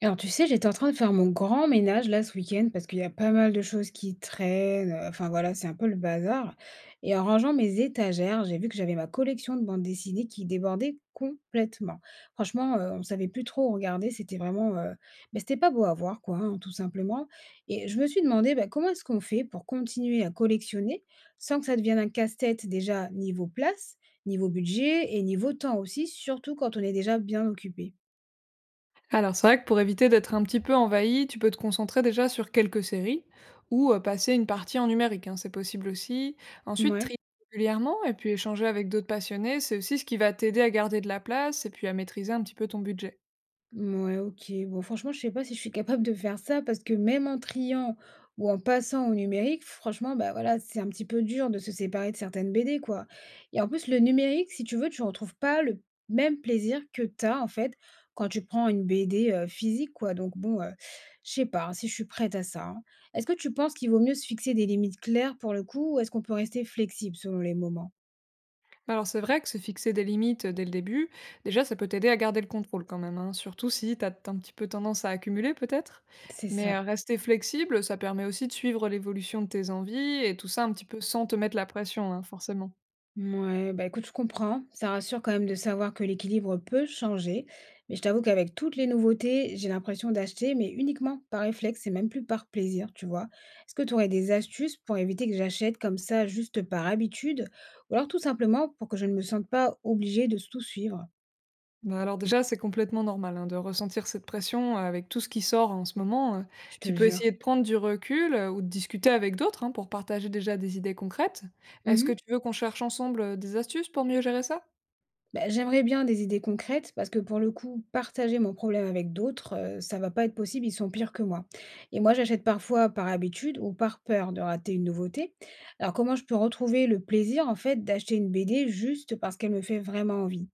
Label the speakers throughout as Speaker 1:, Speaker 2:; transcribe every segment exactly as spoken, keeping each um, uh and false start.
Speaker 1: Alors tu sais, j'étais en train de faire mon grand ménage là ce week-end parce qu'il y a pas mal de choses qui traînent. euh, Enfin voilà, c'est un peu le bazar. Et en rangeant mes étagères, j'ai vu que j'avais ma collection de bandes dessinées qui débordait complètement. Franchement, euh, on savait plus trop où regarder. C'était vraiment, euh, bah, c'était pas beau à voir, quoi, hein, tout simplement. Et je me suis demandé bah, comment est-ce qu'on fait pour continuer à collectionner sans que ça devienne un casse-tête déjà niveau place, niveau budget et niveau temps aussi, surtout quand on est déjà bien occupé.
Speaker 2: Alors, c'est vrai que pour éviter d'être un petit peu envahi, tu peux te concentrer déjà sur quelques séries ou euh, passer une partie en numérique, hein, c'est possible aussi. Ensuite,
Speaker 1: Ouais.
Speaker 2: trier régulièrement et puis échanger avec d'autres passionnés, c'est aussi ce qui va t'aider à garder de la place et puis à maîtriser un petit peu ton budget.
Speaker 1: Ouais, OK. Bon, franchement, je sais pas si je suis capable de faire ça, parce que même en triant ou en passant au numérique, franchement, bah, voilà, c'est un petit peu dur de se séparer de certaines B D, quoi. Et en plus, le numérique, si tu veux, tu ne retrouves pas le même plaisir que tu as, en fait, quand tu prends une B D, heu, physique, quoi. Donc bon, heu, je sais pas, hein, si je suis prête à ça, hein. Est-ce que tu penses qu'il vaut mieux se fixer des limites claires, pour le coup, ou est-ce qu'on peut rester flexible selon les moments?
Speaker 2: Alors, c'est vrai que se fixer des limites dès le début, déjà, ça peut t'aider à garder le contrôle quand même, hein, surtout si t'as un petit peu tendance à accumuler peut-être.
Speaker 1: C'est
Speaker 2: Mais
Speaker 1: ça.
Speaker 2: euh, rester flexible, ça permet aussi de suivre l'évolution de tes envies et tout ça un petit peu sans te mettre la pression, hein, forcément.
Speaker 1: Ouais, bah, écoute, je comprends. Ça rassure quand même de savoir que l'équilibre peut changer. Mais je t'avoue qu'avec toutes les nouveautés, j'ai l'impression d'acheter, mais uniquement par réflexe et même plus par plaisir, tu vois. Est-ce que tu aurais des astuces pour éviter que j'achète comme ça juste par habitude? Ou alors tout simplement pour que je ne me sente pas obligée de tout suivre,
Speaker 2: Bah, alors déjà, c'est complètement normal, hein, de ressentir cette pression, heu, avec tout ce qui sort en ce moment, heu.
Speaker 1: je
Speaker 2: Tu
Speaker 1: te
Speaker 2: peux
Speaker 1: jure.
Speaker 2: essayer de prendre du recul, heu, ou de discuter avec d'autres, hein, pour partager déjà des idées concrètes. Est-ce que
Speaker 1: Mhm.
Speaker 2: tu veux qu'on cherche ensemble, heu, des astuces pour mieux gérer ça?
Speaker 1: Bah, j'aimerais bien des idées concrètes, parce que pour le coup, partager mon problème avec d'autres, heu, ça va pas être possible, ils sont pires que moi. Et moi, j'achète parfois par habitude ou par peur de rater une nouveauté. Alors comment je peux retrouver le plaisir, en fait, d'acheter une B D juste parce qu'elle me fait vraiment envie?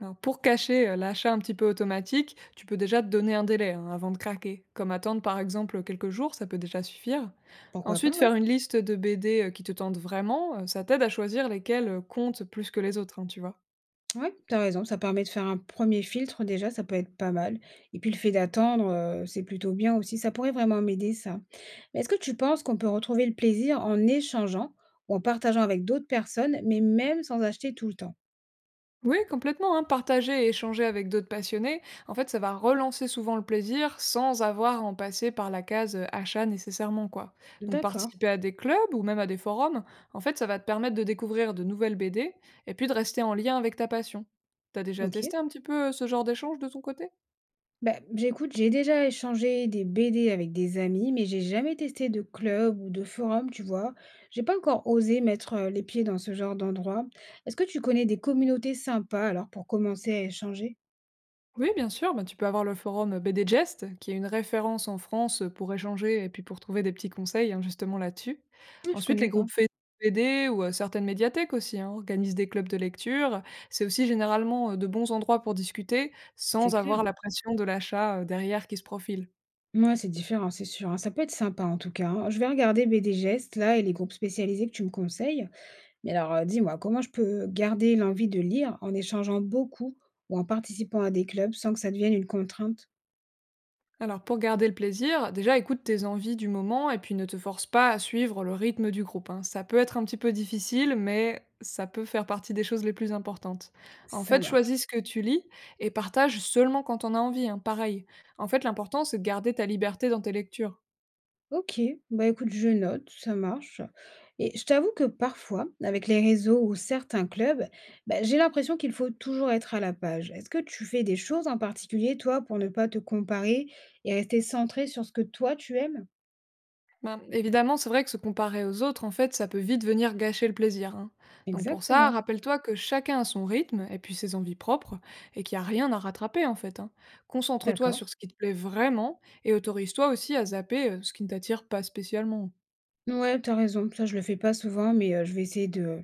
Speaker 2: Alors pour cacher, heu, l'achat un petit peu automatique, tu peux déjà te donner un délai, hein, avant de craquer, comme attendre par exemple, quelques jours, ça peut déjà suffire.
Speaker 1: Pourquoi pas,
Speaker 2: Ensuite,
Speaker 1: ouais.
Speaker 2: faire une liste de B D, heu, qui te tentent vraiment, heu, ça t'aide à choisir lesquelles, heu, comptent plus que les autres, hein, tu vois?
Speaker 1: Ouais, tu as raison, ça permet de faire un premier filtre déjà, ça peut être pas mal, et puis le fait d'attendre, heu, c'est plutôt bien aussi, ça pourrait vraiment m'aider ça. Mais est-ce que tu penses qu'on peut retrouver le plaisir en échangeant ou en partageant avec d'autres personnes, mais même sans acheter tout le temps?
Speaker 2: Oui, complètement, hein. Partager et échanger avec d'autres passionnés, en fait, ça va relancer souvent le plaisir sans avoir à en passer par la case euh, achat nécessairement, quoi. Donc,
Speaker 1: D'accord,
Speaker 2: participer à des clubs ou même à des forums, en fait, ça va te permettre de découvrir de nouvelles B D et puis de rester en lien avec ta passion. T'as déjà
Speaker 1: OK.
Speaker 2: testé un petit peu euh, ce genre d'échange de ton côté?
Speaker 1: Bah, j'écoute, j'ai déjà échangé des B D avec des amis, mais j'ai jamais testé de club ou de forum, tu vois? J'ai pas encore osé mettre, heu, les pieds dans ce genre d'endroit. Est-ce que tu connais des communautés sympas alors pour commencer à échanger?
Speaker 2: Oui, bien sûr, bah, tu peux avoir le forum BDgest, qui est une référence en France euh, pour échanger et puis pour trouver des petits conseils hein, justement là-dessus.
Speaker 1: Ah, je
Speaker 2: Ensuite,
Speaker 1: connais
Speaker 2: les
Speaker 1: pas.
Speaker 2: groupes Fe- B D ou euh, certaines médiathèques aussi hein, organisent des clubs de lecture. C'est aussi généralement euh, de bons endroits pour discuter
Speaker 1: C'est
Speaker 2: sans
Speaker 1: clair.
Speaker 2: avoir la pression de l'achat euh, derrière qui se profile.
Speaker 1: Mouais, c'est différent, c'est sûr, hein. Ça peut être sympa en tout cas, hein. Je vais regarder B D Gestes là et les groupes spécialisés que tu me conseilles. Mais alors, heu, dis-moi, comment je peux garder l'envie de lire en échangeant beaucoup ou en participant à des clubs sans que ça devienne une contrainte?
Speaker 2: Alors pour garder le plaisir, déjà écoute tes envies du moment et puis ne te force pas à suivre le rythme du groupe, hein. Ça peut être un petit peu difficile, mais ça peut faire partie des choses les plus importantes. En
Speaker 1: Ça
Speaker 2: fait,
Speaker 1: marche.
Speaker 2: choisis ce que tu lis et partage seulement quand on a envie, hein, pareil. En fait, l'important, c'est de garder ta liberté dans tes lectures.
Speaker 1: OK, bah, écoute, je note, ça marche. Et je t'avoue que parfois, avec les réseaux ou certains clubs, bah, j'ai l'impression qu'il faut toujours être à la page. Est-ce que tu fais des choses en particulier, toi, pour ne pas te comparer et rester centré sur ce que toi tu aimes?
Speaker 2: Ben, évidemment, c'est vrai que se comparer aux autres, en fait, ça peut vite venir gâcher le plaisir, hein. Donc pour ça,
Speaker 1: Exactement,
Speaker 2: rappelle-toi que chacun a son rythme et puis ses envies propres et qu'il n'y a rien à rattraper en fait, hein. Concentre-toi
Speaker 1: d'accord.
Speaker 2: sur ce qui te plaît vraiment et autorise-toi aussi à zapper euh, ce qui ne t'attire pas spécialement.
Speaker 1: Ouais, t'as raison, ça je le fais pas souvent, mais heu, je vais essayer de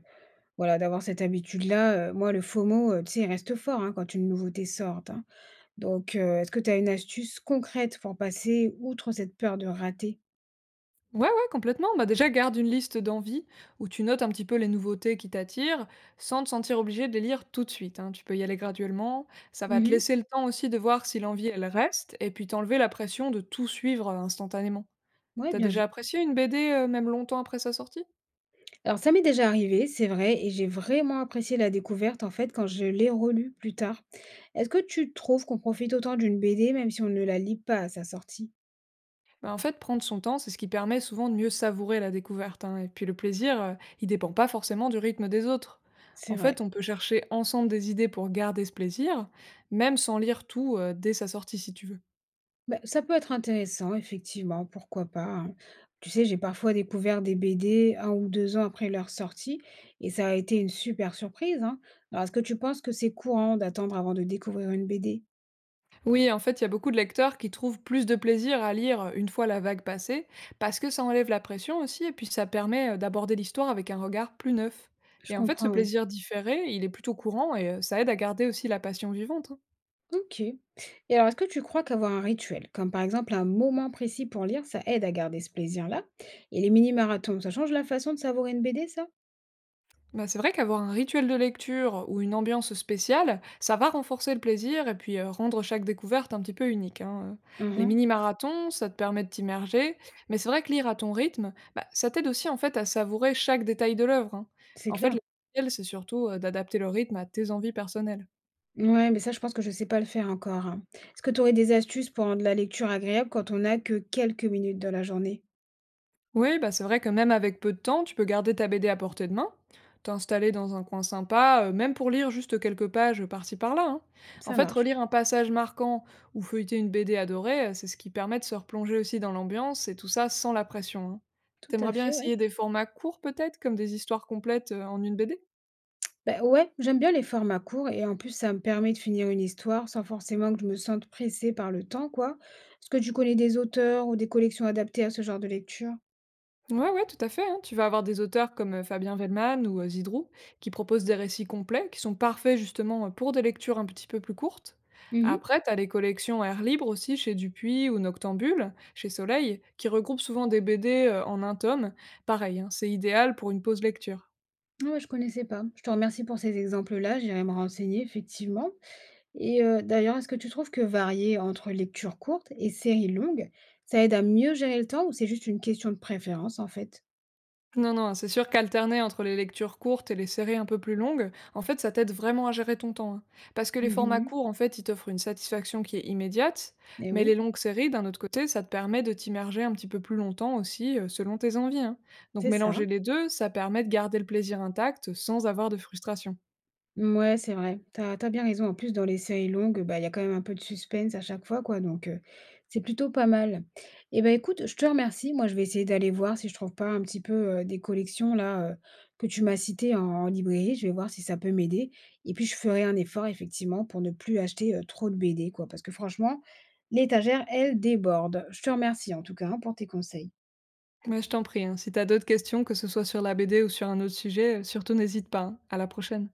Speaker 1: voilà, d'avoir cette habitude-là. Heu, moi le FOMO, heu, tu sais, il reste fort, hein, quand une nouveauté sort, hein. Donc heu, est-ce que tu as une astuce concrète pour passer outre cette peur de rater?
Speaker 2: Ouais, ouais, complètement. Bah déjà, garde une liste d'envies où tu notes un petit peu les nouveautés qui t'attirent sans te sentir obligé de les lire tout de suite, hein. Tu peux y aller graduellement. Ça va te laisser le temps aussi de voir si l'envie, elle reste et puis t'enlever la pression de tout suivre euh, instantanément.
Speaker 1: Ouais,
Speaker 2: T'as
Speaker 1: bien vu.
Speaker 2: déjà apprécié une B D, heu, même longtemps après sa sortie?
Speaker 1: Alors ça m'est déjà arrivé, c'est vrai, et j'ai vraiment apprécié la découverte en fait quand je l'ai relue plus tard. Est-ce que tu trouves qu'on profite autant d'une B D même si on ne la lit pas à sa sortie?
Speaker 2: Bah, en fait, prendre son temps, c'est ce qui permet souvent de mieux savourer la découverte, hein, et puis le plaisir, heu, il dépend pas forcément du rythme des autres. En
Speaker 1: C'est
Speaker 2: fait,
Speaker 1: vrai.
Speaker 2: on peut chercher ensemble des idées pour garder ce plaisir, même sans lire tout, heu, dès sa sortie, si tu veux.
Speaker 1: Bah, ça peut être intéressant, effectivement, pourquoi pas, hein. Tu sais, j'ai parfois découvert des B D un ou deux ans après leur sortie, et ça a été une super surprise, hein. Alors est-ce que tu penses que c'est courant d'attendre avant de découvrir une B D?
Speaker 2: Oui, en fait, il y a beaucoup de lecteurs qui trouvent plus de plaisir à lire, euh, une fois la vague passée, parce que ça enlève la pression aussi et puis ça permet, heu, d'aborder l'histoire avec un regard plus neuf
Speaker 1: Je
Speaker 2: et en fait, ce
Speaker 1: comprends, ouais.
Speaker 2: plaisir différé, il est plutôt courant et heu, ça aide à garder aussi la passion vivante, hein.
Speaker 1: OK. Et alors, est-ce que tu crois qu'avoir un rituel, comme par exemple un moment précis pour lire, ça aide à garder ce plaisir-là? Et les mini-marathons, ça change la façon de savourer une B D, ça?
Speaker 2: Bah, c'est vrai qu'avoir un rituel de lecture ou une ambiance spéciale, ça va renforcer le plaisir et puis euh, rendre chaque découverte un petit peu unique. hein. euh.
Speaker 1: Mmh
Speaker 2: Les
Speaker 1: mh,
Speaker 2: mini-marathons, ça te permet de t'immerger, mais c'est vrai que lire à ton rythme, bah, ça t'aide aussi en fait à savourer chaque détail de l'œuvre, hein.
Speaker 1: c'est
Speaker 2: En fait,
Speaker 1: clair.
Speaker 2: l'essentiel, c'est surtout euh, d'adapter le rythme à tes envies personnelles.
Speaker 1: Ouais, mais ça, je pense que je sais pas le faire encore, hein. Est-ce que tu aurais des astuces pour rendre la lecture agréable quand on n'a que quelques minutes dans la journée?
Speaker 2: Oui, bah c'est vrai que même avec peu de temps, tu peux garder ta B D à portée de main, t'installer dans un coin sympa, euh, même pour lire juste quelques pages par-ci par-là, hein. En
Speaker 1: Ça
Speaker 2: fait,
Speaker 1: marche.
Speaker 2: relire un passage marquant ou feuilleter une B D adorée, euh, c'est ce qui permet de se replonger aussi dans l'ambiance et tout ça sans la pression, hein.
Speaker 1: Tout
Speaker 2: T'aimerais
Speaker 1: à
Speaker 2: bien
Speaker 1: fait, ouais.
Speaker 2: essayer des formats courts peut-être, comme des histoires complètes euh, en une B D?
Speaker 1: Bah ouais, j'aime bien les formats courts et en plus, ça me permet de finir une histoire sans forcément que je me sente pressée par le temps, quoi. Est-ce que tu connais des auteurs ou des collections adaptées à ce genre de lecture?
Speaker 2: Ouais, ouais, tout à fait, hein. Tu vas avoir des auteurs comme, heu, Fabien Wehlmann ou, heu, Zidrou, qui proposent des récits complets, qui sont parfaits justement, heu, pour des lectures un petit peu plus courtes.
Speaker 1: Mmh mh.
Speaker 2: Après, tu as les collections Air Libre aussi chez Dupuis ou Noctambule, chez Soleil, qui regroupent souvent des B D, heu, en un tome. Pareil, hein, c'est idéal pour une pause lecture.
Speaker 1: Ah ouais, je connaissais pas. Je te remercie pour ces exemples-là, j'irai me renseigner effectivement. Et heu, d'ailleurs, est-ce que tu trouves que varier entre lectures courtes et séries longues, ça aide à mieux gérer le temps ou c'est juste une question de préférence en fait?
Speaker 2: Non, non, c'est sûr qu'alterner entre les lectures courtes et les séries un peu plus longues, en fait, ça t'aide vraiment à gérer ton temps, hein. Parce que les formats
Speaker 1: Mmh.
Speaker 2: courts, en fait, ils t'offrent une satisfaction qui est immédiate,
Speaker 1: Eh
Speaker 2: mais les
Speaker 1: oui,
Speaker 2: longues séries, d'un autre côté, ça te permet de t'immerger un petit peu plus longtemps aussi, euh, selon tes envies, hein. Donc
Speaker 1: c'est ça.
Speaker 2: mélanger les deux, ça permet de garder le plaisir intact sans avoir de frustration.
Speaker 1: Ouais, c'est vrai. T'as t'as bien raison. En plus, dans les séries longues, bah, il y a quand même un peu de suspense à chaque fois, quoi, donc heu, c'est plutôt pas mal. Et ben écoute, je te remercie. Moi, je vais essayer d'aller voir si je trouve pas un petit peu, heu, des collections là, heu, que tu m'as citées en en librairie. Je vais voir si ça peut m'aider, et puis je ferai un effort effectivement pour ne plus acheter, heu, trop de B D, quoi, parce que franchement, l'étagère, elle déborde. Je te remercie en tout cas, hein, pour tes conseils.
Speaker 2: Mais je t'en prie, hein, si t'as d'autres questions, que ce soit sur la B D ou sur un autre sujet, euh, surtout n'hésite pas, hein. À la prochaine.